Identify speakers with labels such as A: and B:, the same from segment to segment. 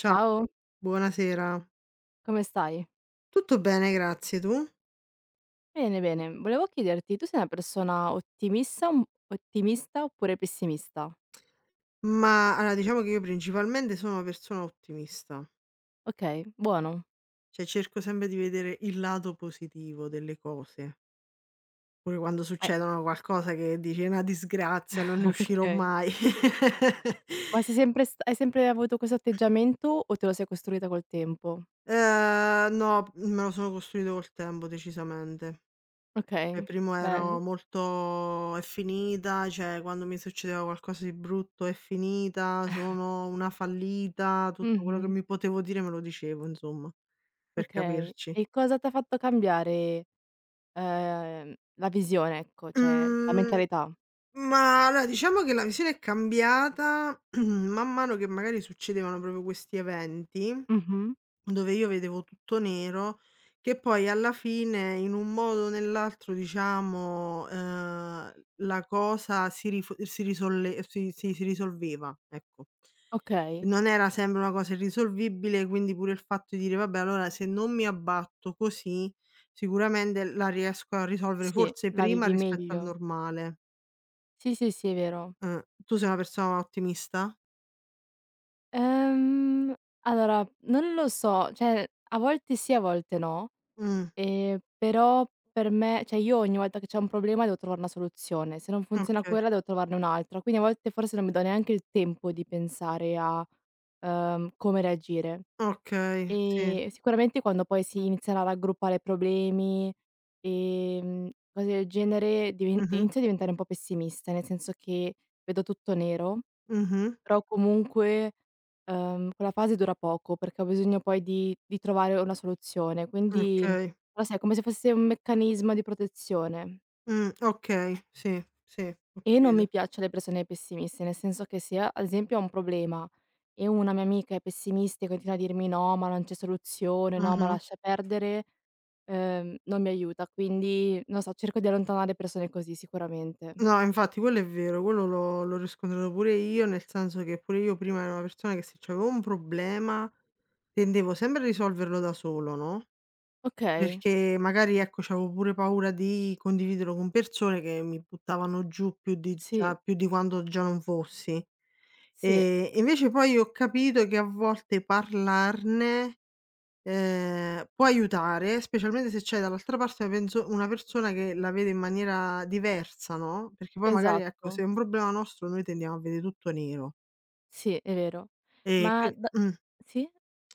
A: Ciao,
B: Ciao,
A: buonasera.
B: come stai?
A: Tutto bene, grazie, tu?
B: Bene, bene. Volevo chiederti, tu sei una persona ottimista, ottimista oppure pessimista?
A: Ma allora diciamo che io principalmente sono una persona ottimista,
B: Okay, buono.
A: cioè cerco sempre di vedere il lato positivo delle cose, pure quando
B: Eh.
A: succedono qualcosa che dici: "È una disgrazia, non ne uscirò
B: Okay.
A: mai."
B: Ma sei sempre st hai sempre avuto questo atteggiamento o te lo sei costruita col tempo?
A: No, me lo sono costruito col tempo decisamente. E
B: Okay,
A: primo ero
B: bene.
A: molto: "È finita", cioè quando mi succedeva qualcosa di brutto: "È finita, sono una fallita", tutto quello che
B: Mh-mh,
A: mi potevo dire me lo dicevo insomma, per
B: okay.
A: capirci.
B: E cosa t'ha fatto cambiare, ehm, la visione, ecco, cioè la
A: Mhmm,
B: mentalità?
A: ma allora diciamo che la visione è cambiata man mano che magari succedevano proprio questi eventi.
B: Mh-mh.
A: Dove io vedevo tutto nero, che poi alla fine in un modo o nell'altro diciamo, la cosa si rifo si risolle si si si risolveva, ecco.
B: Okay,
A: Non era sempre una cosa irrisolvibile, quindi pure il fatto di dire: "Vabbè allora se non mi abbatto così, sicuramente la riesco a risolvere
B: sì,
A: forse
B: la
A: prima
B: vivi
A: rispetto al
B: meglio.
A: normale."
B: Sì, sì, sì, è vero.
A: Tu sei una persona ottimista?
B: Ehm, allora non lo so, cioè a volte sì, a volte no,
A: Mh,
B: però per me cioè io ogni volta che c'è un problema devo trovare una soluzione, se non funziona
A: okay,
B: quella devo trovarne un'altra, quindi a volte forse non mi do neanche il tempo di pensare a, come reagire.
A: okay, sì.
B: E sicuramente quando poi si iniziano a raggruppare problemi, cose del genere diven
A: Mh-mh,
B: inizio a diventare un po' pessimista, nel senso che vedo tutto nero.
A: mh-mh,
B: Però comunque, quella fase dura poco, perché ho bisogno poi di trovare una soluzione. Quindi
A: okay.
B: però sai, è come se fosse un meccanismo di protezione,
A: Okay, sì, sì, ho
B: e non mi
A: capito.
B: piacciono le persone pessimiste, nel senso che se a ad esempio ho un problema e una mia amica è pessimista e continua a dirmi: "No, ma non c'è soluzione, no, ma
A: Mh-mh.
B: lascia perdere", non mi aiuta. Quindi, non so, cerco di allontanare persone così sicuramente.
A: No, infatti quello è vero, quello l'ho riscontrato pure io, nel senso che pure io prima ero una persona che se c'avevo un problema tendevo sempre a risolverlo da solo, no,
B: Okay,
A: perché magari, ecco, c'avevo pure paura di condividerlo con persone che mi buttavano giù
B: sì,
A: più di quanto già non fossi.
B: sì,
A: Invece poi ho capito che a volte parlarne, può aiutare, specialmente se c'è dall'altra parte una penso una persona che la vede in maniera diversa, no, perché poi magari, ecco,
B: esatto.
A: se è un problema nostro noi tendiamo a vede tutto nero.
B: Sì, è vero.
A: E qui
B: Ma da
A: mh.
B: Sì?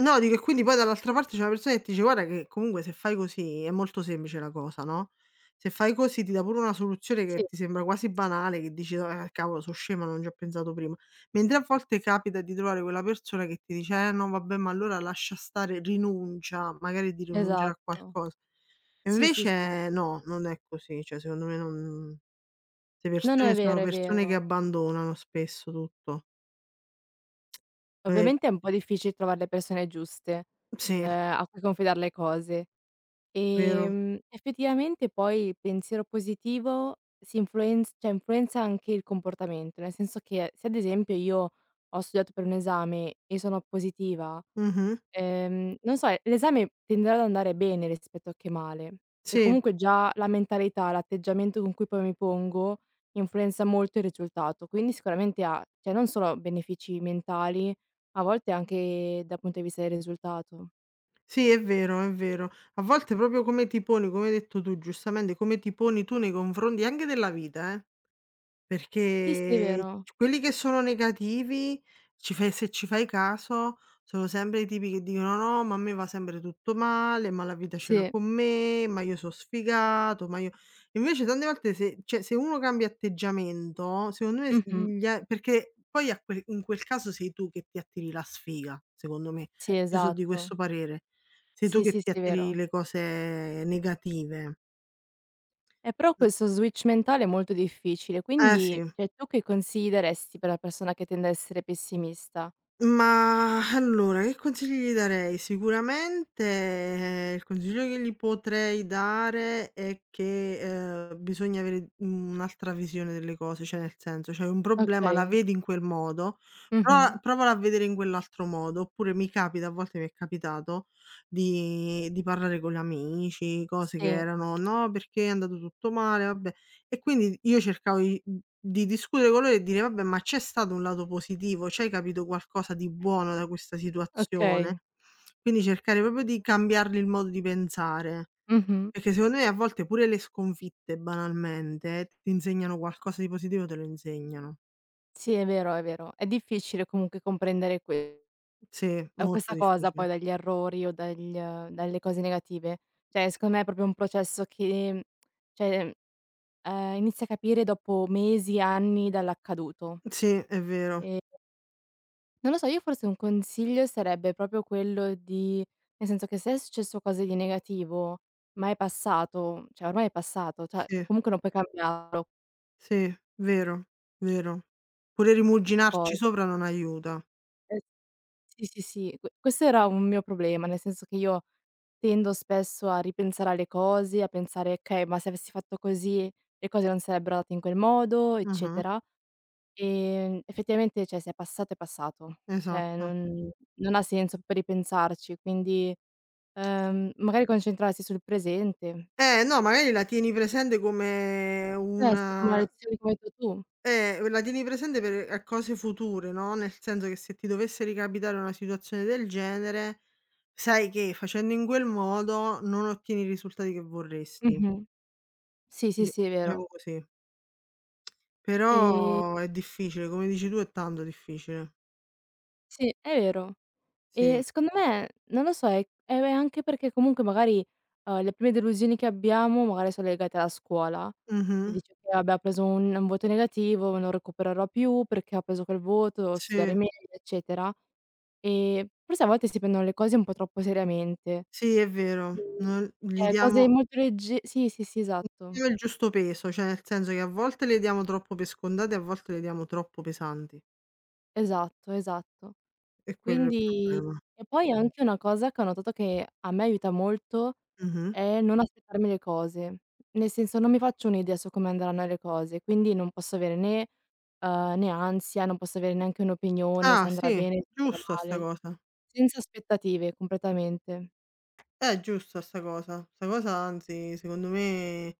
A: No, dico e quindi poi dall'altra parte c'è una persona che ti dice: "Guarda che comunque se fai così è molto semplice la cosa, no, se fai così ti dà pure una soluzione che
B: Sì,
A: ti sembra quasi banale, che dici: "Ah cavolo so scema, non ci ho pensato prima". Mentre a volte capita di trovare quella persona che ti dice: "Eh no vabbè, ma allora lascia stare, rinuncia", magari di rinunciare a
B: esatto.
A: qualcosa. E
B: Sì, sì, sì.
A: invece no, non è così, cioè secondo me non le
B: No, no,
A: persone
B: è
A: sono
B: vero, è
A: persone che
B: vero.
A: abbandonano spesso tutto. Ehm
B: Ovviamente è un po' difficile trovar le persone giuste,
A: sì,
B: a cui confidar le cose.
A: vero.
B: Effettivamente poi il pensiero positivo influenza anche il comportamento, nel senso che se ad esempio io ho studiato per un esame e sono positiva.
A: Mh-mh.
B: Non so, l'esame tenderà ad andare bene rispetto a che male, e
A: Sì.
B: comunque già la mentalità, l'atteggiamento con cui poi mi pongo influenza molto il risultato, quindi sicuramente ha cioè non solo benefici mentali, a volte anche dal punto di vista del risultato.
A: Sì, è vero, è vero. A volte proprio come ti poni, come hai detto tu giustamente, come ti poni tu nei confronti anche della vita, eh.
B: Sì, sì, è
A: Perché
B: vero.
A: c quelli che sono negativi, ci fai se ci fai caso, sono sempre i tipi che dicono: "No, ma a me va sempre tutto male, ma la vita ce l'ha
B: Sì,
A: con me, ma io so' sfigato, ma io", invece tante volte se cioè, se uno cambia atteggiamento, secondo me s
B: mh-mh.
A: gli a perché poi a que in quel caso sei tu che ti attiri la sfiga, secondo me.
B: Sì,
A: Io so' di
B: esatto.
A: questo parere. Sei tu
B: Sì,
A: che
B: sì,
A: ti
B: sì, è
A: attiri
B: vero.
A: le cose negative.
B: Però
A: Mh.
B: questo switch mentale è molto difficile, quindi
A: Sì.
B: cioè tu che consigli daresti per la persona che tende a essere pessimista?
A: Ma allora, che consigli gli darei? Sicuramente, il consiglio che gli potrei dare è che, bisogna avere un'altra visione delle cose, cioè nel senso, c'hai un problema, la
B: Okay.
A: vedi in quel modo,
B: Mh-mh.
A: provala a vedere in quell'altro modo, oppure mi capita, a volte mi è capitato di parlare con gli amici, cose che
B: Sì.
A: erano: "No, perché è andato tutto male, vabbè". E quindi io cercavo di discutere con loro e dire: "Vabbè, ma c'è stato un lato positivo? C'hai capito qualcosa di buono da questa situazione?"
B: Okay.
A: Quindi cercare proprio di cambiargli il modo di pensare,
B: Mh-mh.
A: perché secondo me a volte pure le sconfitte banalmente, ti insegnano qualcosa di positivo, te lo insegnano.
B: Sì, è vero, è vero. È difficile comunque comprendere
A: Sì, molto
B: questa cosa poi
A: difficile.
B: dagli errori o dagl dalle cose negative. Cioè, secondo me è proprio un processo che cioè, inizi a capire dopo mesi, anni dall'accaduto.
A: Sì, è vero.
B: Ehm, non lo so, io forse un consiglio sarebbe proprio quello di nel senso che se è successo cose di negativo, ma è passato, cioè ormai è passato, cioè
A: Sì,
B: comunque non puoi cambiarlo
A: sì, vero, vero. Pure
B: co
A: rimuginarci sopra non aiuta.
B: Sì, sì, sì, questo era un mio problema, nel senso che io tendo spesso a ripensare alle cose, a pensare: "Okay, ma se avessi fatto così le cose non sarebbero andate in quel modo",
A: Mh-mh,
B: eccetera. Effettivamente, cioè, se è passato è passato, cioè
A: esatto.
B: non non ha senso poi ripensarci, quindi, magari concentrarsi sul presente.
A: No, magari la tieni presente come
B: Eh sì, come la
A: una,
B: lezione che mi hai detto tu.
A: la tieni presente per a cose future, no, nel senso che se ti dovesse ricapitare una situazione del genere, sai che facendo in quel modo non ottieni i risultati che vorresti,
B: Mh-mh. Sì, sì,
A: di
B: sì, è vero.
A: diciamo così.
B: Ehm,
A: Però è difficile, come dici tu è tanto difficile.
B: sì, è vero.
A: Sì.
B: E secondo me, non lo so, è anche perché comunque magari, le prime delusioni che abbiamo magari sono legate alla scuola, che
A: Mh-mh.
B: dice che: "Vabbè, ho preso un voto negativo, non recupererò più perché ho preso quel voto, devo studiare
A: Sì.
B: meglio", eccetera. E forse a volte si prendono le cose un po' troppo seriamente.
A: Sì, è vero.
B: Mhmm,
A: Non gli
B: cioè cose
A: diamo
B: molto legge sì, sì, sì, esatto.
A: diamo il giusto peso, cioè nel senso che a volte le diamo troppo per scontate, a volte le diamo troppo pesanti.
B: Esatto, esatto.
A: È quello il
B: Quindi
A: problema.
B: e poi anche una cosa che ho notato che a me aiuta molto
A: Mh-mh.
B: è non aspettarmi le cose. Nel senso, non mi faccio un'idea su come andranno le cose, quindi non posso avere né né ansia, non posso avere neanche un'opinione
A: Ah
B: se andrà
A: sì,
B: bene, se andrà
A: giusta sta
B: male.
A: cosa.
B: Senza aspettative, completamente.
A: È giusta sta cosa. Sta cosa anzi secondo me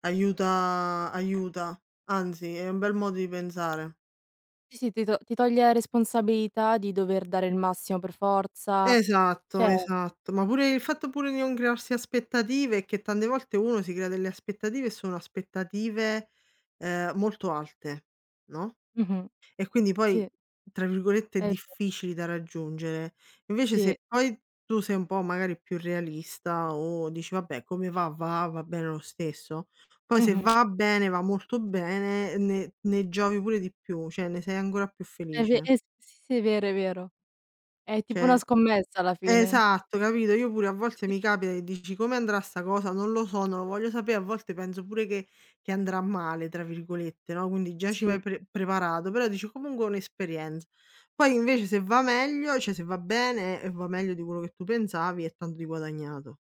A: aiuta aiuta, anzi è un bel modo di pensare.
B: Sì, sì, ti toglie la responsabilità di dover dare il massimo per forza,
A: Esatto,
B: cioè
A: esatto, ma pure il fatto pure di non crearsi aspettative, che tante volte uno si crea delle aspettative e sono aspettative, molto alte, no?
B: mh-mh,
A: E quindi poi,
B: sì,
A: tra virgolette,
B: è ve
A: "difficili" da raggiungere. Invece se
B: sì,
A: poi tu sei un po' magari più realista o dici: "Vabbè, come va, va, va bene lo stesso", poi se
B: mh-mh,
A: va bene, va molto bene, ne giovi pure di più, cioè ne sei ancora più
B: è ve
A: felice.
B: es sì, sì, è vero, è vero. È tipo una
A: Cioè,
B: scommessa alla fine.
A: esatto, capito? Io pure a volte
B: Sì,
A: mi capita che dici: "Come andrà 'sta cosa? Non lo so, non lo voglio sapere." A volte penso pure che andrà "male" tra virgolette, no, quindi già ci vai
B: sì.
A: preparato, però dici: "Comunque è un'esperienza." Poi invece se va meglio, cioè se va bene e va meglio di quello che tu pensavi, è tanto di guadagnato.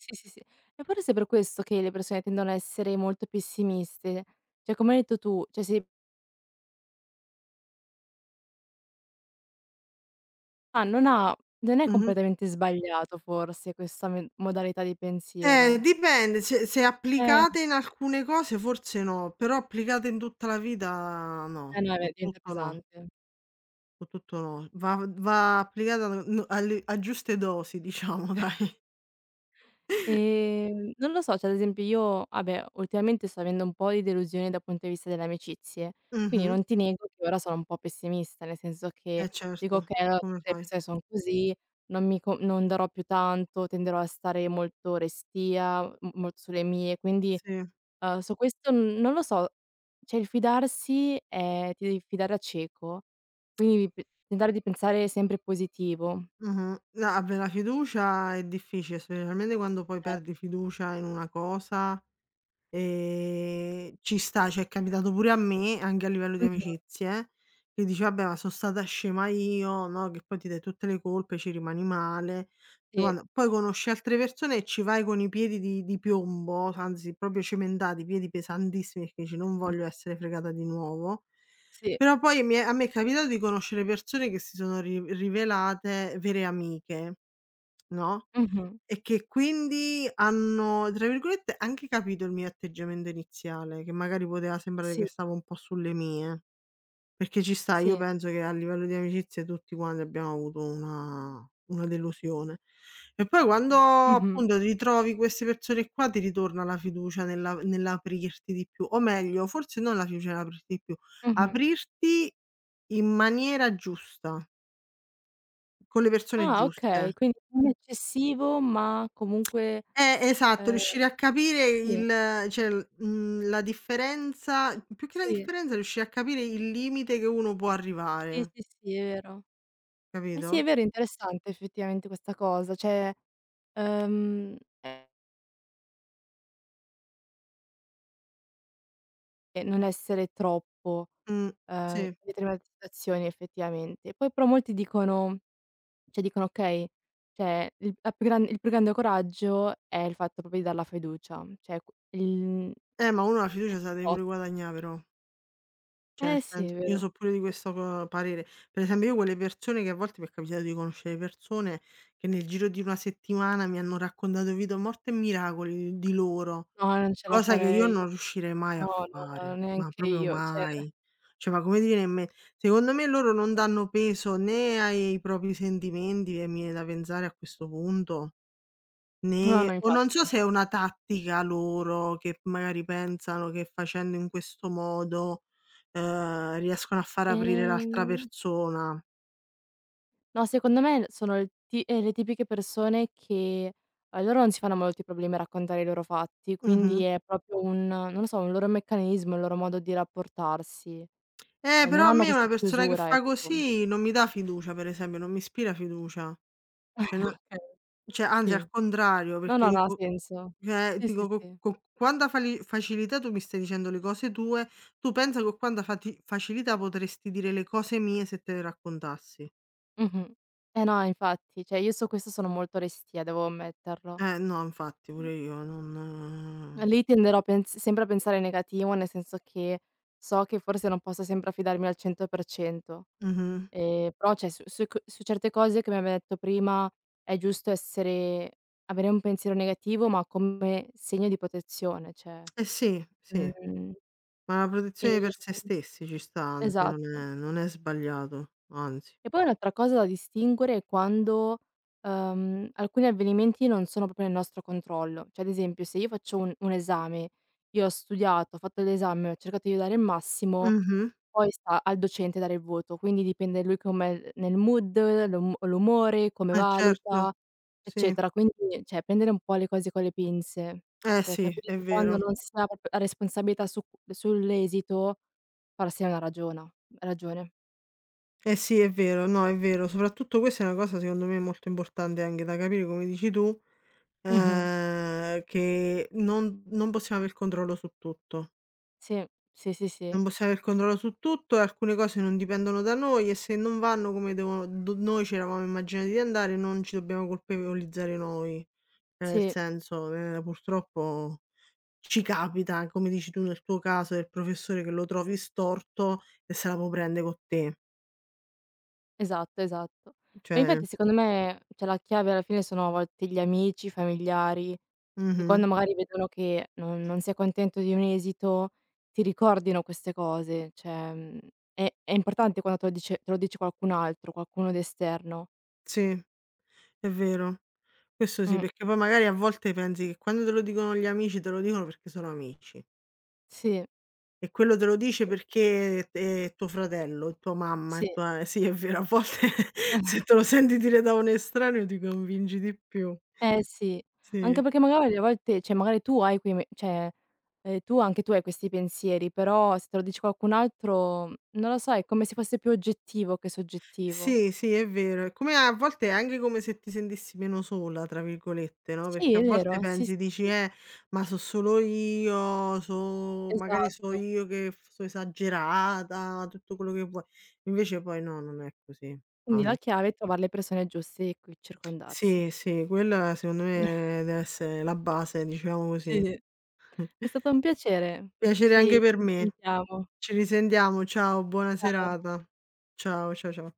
B: Sì, sì, sì. E forse è per questo che le persone tendono a essere molto pessimiste. Cioè, come hai detto tu, cioè se ah, non è
A: Mh-mh.
B: completamente sbagliato forse questa me modalità di pensiero.
A: Dipende, se
B: Eh.
A: applicate in alcune cose forse no, però applicate in tutta la vita
B: Eh
A: no,
B: no,
A: su
B: diventa
A: tutto no.
B: pesante.
A: Su tutto no, va applicata n alle a giuste dosi diciamo dai.
B: Non lo so, cioè ad esempio io vabbè, ultimamente sto avendo un po' di delusione dal punto di vista delle amicizie, quindi
A: Mh-mh.
B: non ti nego che ora sono un po' pessimista, nel senso
A: Eh
B: che dico:
A: certo,
B: "Okay, allora
A: come
B: tutte le
A: fai?
B: persone son così, non mi co non darò più tanto, tenderò a stare molto restia, m molto sulle mie". Quindi,
A: Sì,
B: su questo n non lo so, cioè il fidarsi è ti devi fidare a cieco, quindi p tentare di pensare sempre positivo.
A: mh-mh. No, vabbè la fiducia è difficile, specialmente quando poi
B: Eh.
A: perdi fiducia in una cosa. Ci sta, cioè è capitato pure a me, anche a livello di
B: Mh-mh.
A: amicizie, che dici: "Vabbè, ma son stata scema io", no, che poi ti dai tutte le colpe, ci rimani male.
B: Sì.
A: Poi conosci altre persone e ci vai con i piedi di piombo, anzi proprio cementati, piedi pesantissimi, perché dici: "Non voglio essere fregata di nuovo".
B: Sì.
A: Però poi mi è a me è capitato di conoscere persone che si sono ri rivelate vere amiche, no?
B: Mh-mh.
A: E che quindi hanno, tra virgolette, anche capito il mio atteggiamento iniziale, che magari poteva sembrare che
B: Sì,
A: stavo un po' sulle mie. Perché ci sta, io
B: sì.
A: penso che a livello di amicizie tutti quanti abbiamo avuto una delusione. E poi quando
B: Mh-mh,
A: appunto ritrovi queste persone qua ti ritorna la fiducia nella nell'aprirti di più, o meglio, forse non la fiducia nell'aprirti di più,
B: mh-mh.
A: aprirti in maniera giusta, con le persone
B: Ah,
A: giuste.
B: okay, quindi non eccessivo, ma comunque
A: Esatto,
B: ehm,
A: riuscire a capire
B: sì,
A: il cioè, la differenza, più che la
B: sì,
A: differenza riuscire a capire il limite che uno può
B: sì,
A: arrivare,
B: sì, sì, è vero. Eh sì, è
A: capito?
B: vero, è interessante effettivamente questa cosa, cioè, ehm, e non essere troppo,
A: Mh, sì.
B: in determinate situazioni effettivamente. Poi però molti dicono: "Okay, cioè il più grande coraggio è il fatto proprio di dar la fiducia", cioè
A: Ma uno la
B: è è
A: fiducia se la deve pure
B: tosta.
A: guadagnà però. Cioè nel
B: Eh sì, è
A: senso io
B: vero.
A: so pure di questo co parere. Per esempio io quelle persone che a volte mi è capitato di conoscere persone che nel giro di una settimana mi hanno raccontato vita, morte e miracoli di loro.
B: No, non ce la
A: Cosa che io
B: farei.
A: non riuscirei mai
B: No,
A: a
B: no, no,
A: fare, ma
B: neanche
A: proprio
B: io, cioè
A: mai. Cioè, ma come ti viene in me secondo me loro non danno peso né ai propri sentimenti, e mi viene da pensare a questo punto,
B: no,
A: né
B: no,
A: o
B: infatti.
A: non so se è una tattica loro che magari pensano che facendo in questo modo, riescono a far aprire l'altra
B: Ehm,
A: persona.
B: no, secondo me sono il ti le tipiche persone che a loro non si fanno molti problemi a raccontare i loro fatti,
A: Mh-mh.
B: quindi è proprio un non lo so, un loro meccanismo, il loro modo di rapportarsi. Non
A: Però a
B: hanno
A: me una
B: questa
A: persona che
B: chiusura,
A: fa
B: ecco.
A: così non mi dà fiducia, per esempio, non mi ispira fiducia. Cioè no,
B: Okay,
A: cioè anzi al
B: sì.
A: contrario,
B: No,
A: perché
B: no, no, ha
A: dico.
B: senso.
A: Cioè,
B: Sì, sì,
A: dico co
B: sì.
A: co quanta fali facilità tu mi stai dicendo le cose tue, tu pensa con quanta fati facilità potresti dire le cose mie se te le raccontassi.
B: Mh-mh. Eh no, infatti, cioè io su questo sono molto restia, devo ammetterlo.
A: No, infatti pure io non,
B: Lì tenderò a pens sempre a pensare in negativo, nel senso che so che forse non posso sempre affidarmi al 100%,
A: mh-mh.
B: però cioè su certe cose che mi aveva detto prima è giusto essere avere un pensiero negativo, ma come segno di protezione, cioè,
A: Eh sì, sì,
B: mhmm,
A: ma la protezione per se
B: ehm
A: stessi ci sta, anzi non
B: esatto.
A: è non è sbagliato, anzi.
B: E poi un'altra cosa da distinguere è quando, alcuni avvenimenti non sono proprio nel nostro controllo. Cioè, ad esempio, se io faccio un esame, io ho studiato, ho fatto l'esame, ho cercato di dare il massimo,
A: Mh-mh.
B: poi sta al docente dare il voto. Quindi dipende lui com'è nel mood, l'umore, come
A: Eh certo.
B: valuta,
A: Sì.
B: eccetera. Quindi, cioè, prendere un po' le cose con le pinze.
A: Eh
B: Cioè,
A: sì,
B: capire
A: è
B: che quando
A: vero.
B: non si ha proprio la responsabilità su sull'esito, farsene una ragiona ragione.
A: Eh sì, è vero, no, è vero. Soprattutto questa è una cosa secondo me molto importante anche da capire, come dici tu.
B: Mh-mh.
A: Che non possiamo aver controllo su tutto.
B: Sì, sì, sì, sì.
A: Non possiamo aver controllo su tutto e alcune cose non dipendono da noi e se non vanno come devono do noi ci eravamo immaginati di andare, non ci dobbiamo colpevolizzare noi. Cioè nel
B: Sì,
A: senso, purtroppo ci capita, come dici tu nel tuo caso del professore che lo trovi storto e se la può prende co' te.
B: esatto, esatto. Ma
A: Cioè,
B: infatti secondo me, cioè la chiave alla fine sono a volte gli amici, i familiari, che
A: mh-mh,
B: quando magari vedono che non sei contento di un esito, ti ricordino queste cose. Cioè, è importante quando te lo dice qualcun altro, qualcuno d'esterno.
A: sì, è vero. Questo sì,
B: Mh,
A: perché poi magari a volte pensi che quando te lo dicono gli amici, te lo dicono perché sono amici.
B: sì,
A: E quello te lo dice
B: sì,
A: perché è tuo fratello, è tua mamma, è
B: sì.
A: tua sì è vero, a volte se te lo senti dire da un estraneo ti convinci di più.
B: Eh sì, anche
A: Sì.
B: perché magari a volte cioè magari tu hai quei me cioè, tu anche tu hai questi pensieri, però se te lo dice qualcun altro, non lo so, è come se fosse più oggettivo che soggettivo.
A: Sì, sì, è vero. È come a volte è anche come se ti sentissi "meno sola" tra virgolette, no,
B: Sì,
A: perché a
B: è
A: volte
B: vero, sì, sì,
A: pensi, dici:
B: sì,
A: Ma so solo io, magari so
B: esatto.
A: io che f so esagerata", tutto quello che vuoi. Invece poi no, non è così,
B: Quindi
A: anzi.
B: la chiave è trovare le persone giuste di cui circondarsi.
A: Sì, sì, quella secondo me deve essere la base, diciamo
B: Sì.
A: così.
B: È stato un piacere.
A: Piacere anche
B: Ci
A: per
B: ci
A: me.
B: risentiamo.
A: Ci risentiamo, ciao, buona
B: Ciao.
A: serata. Ciao, cia cia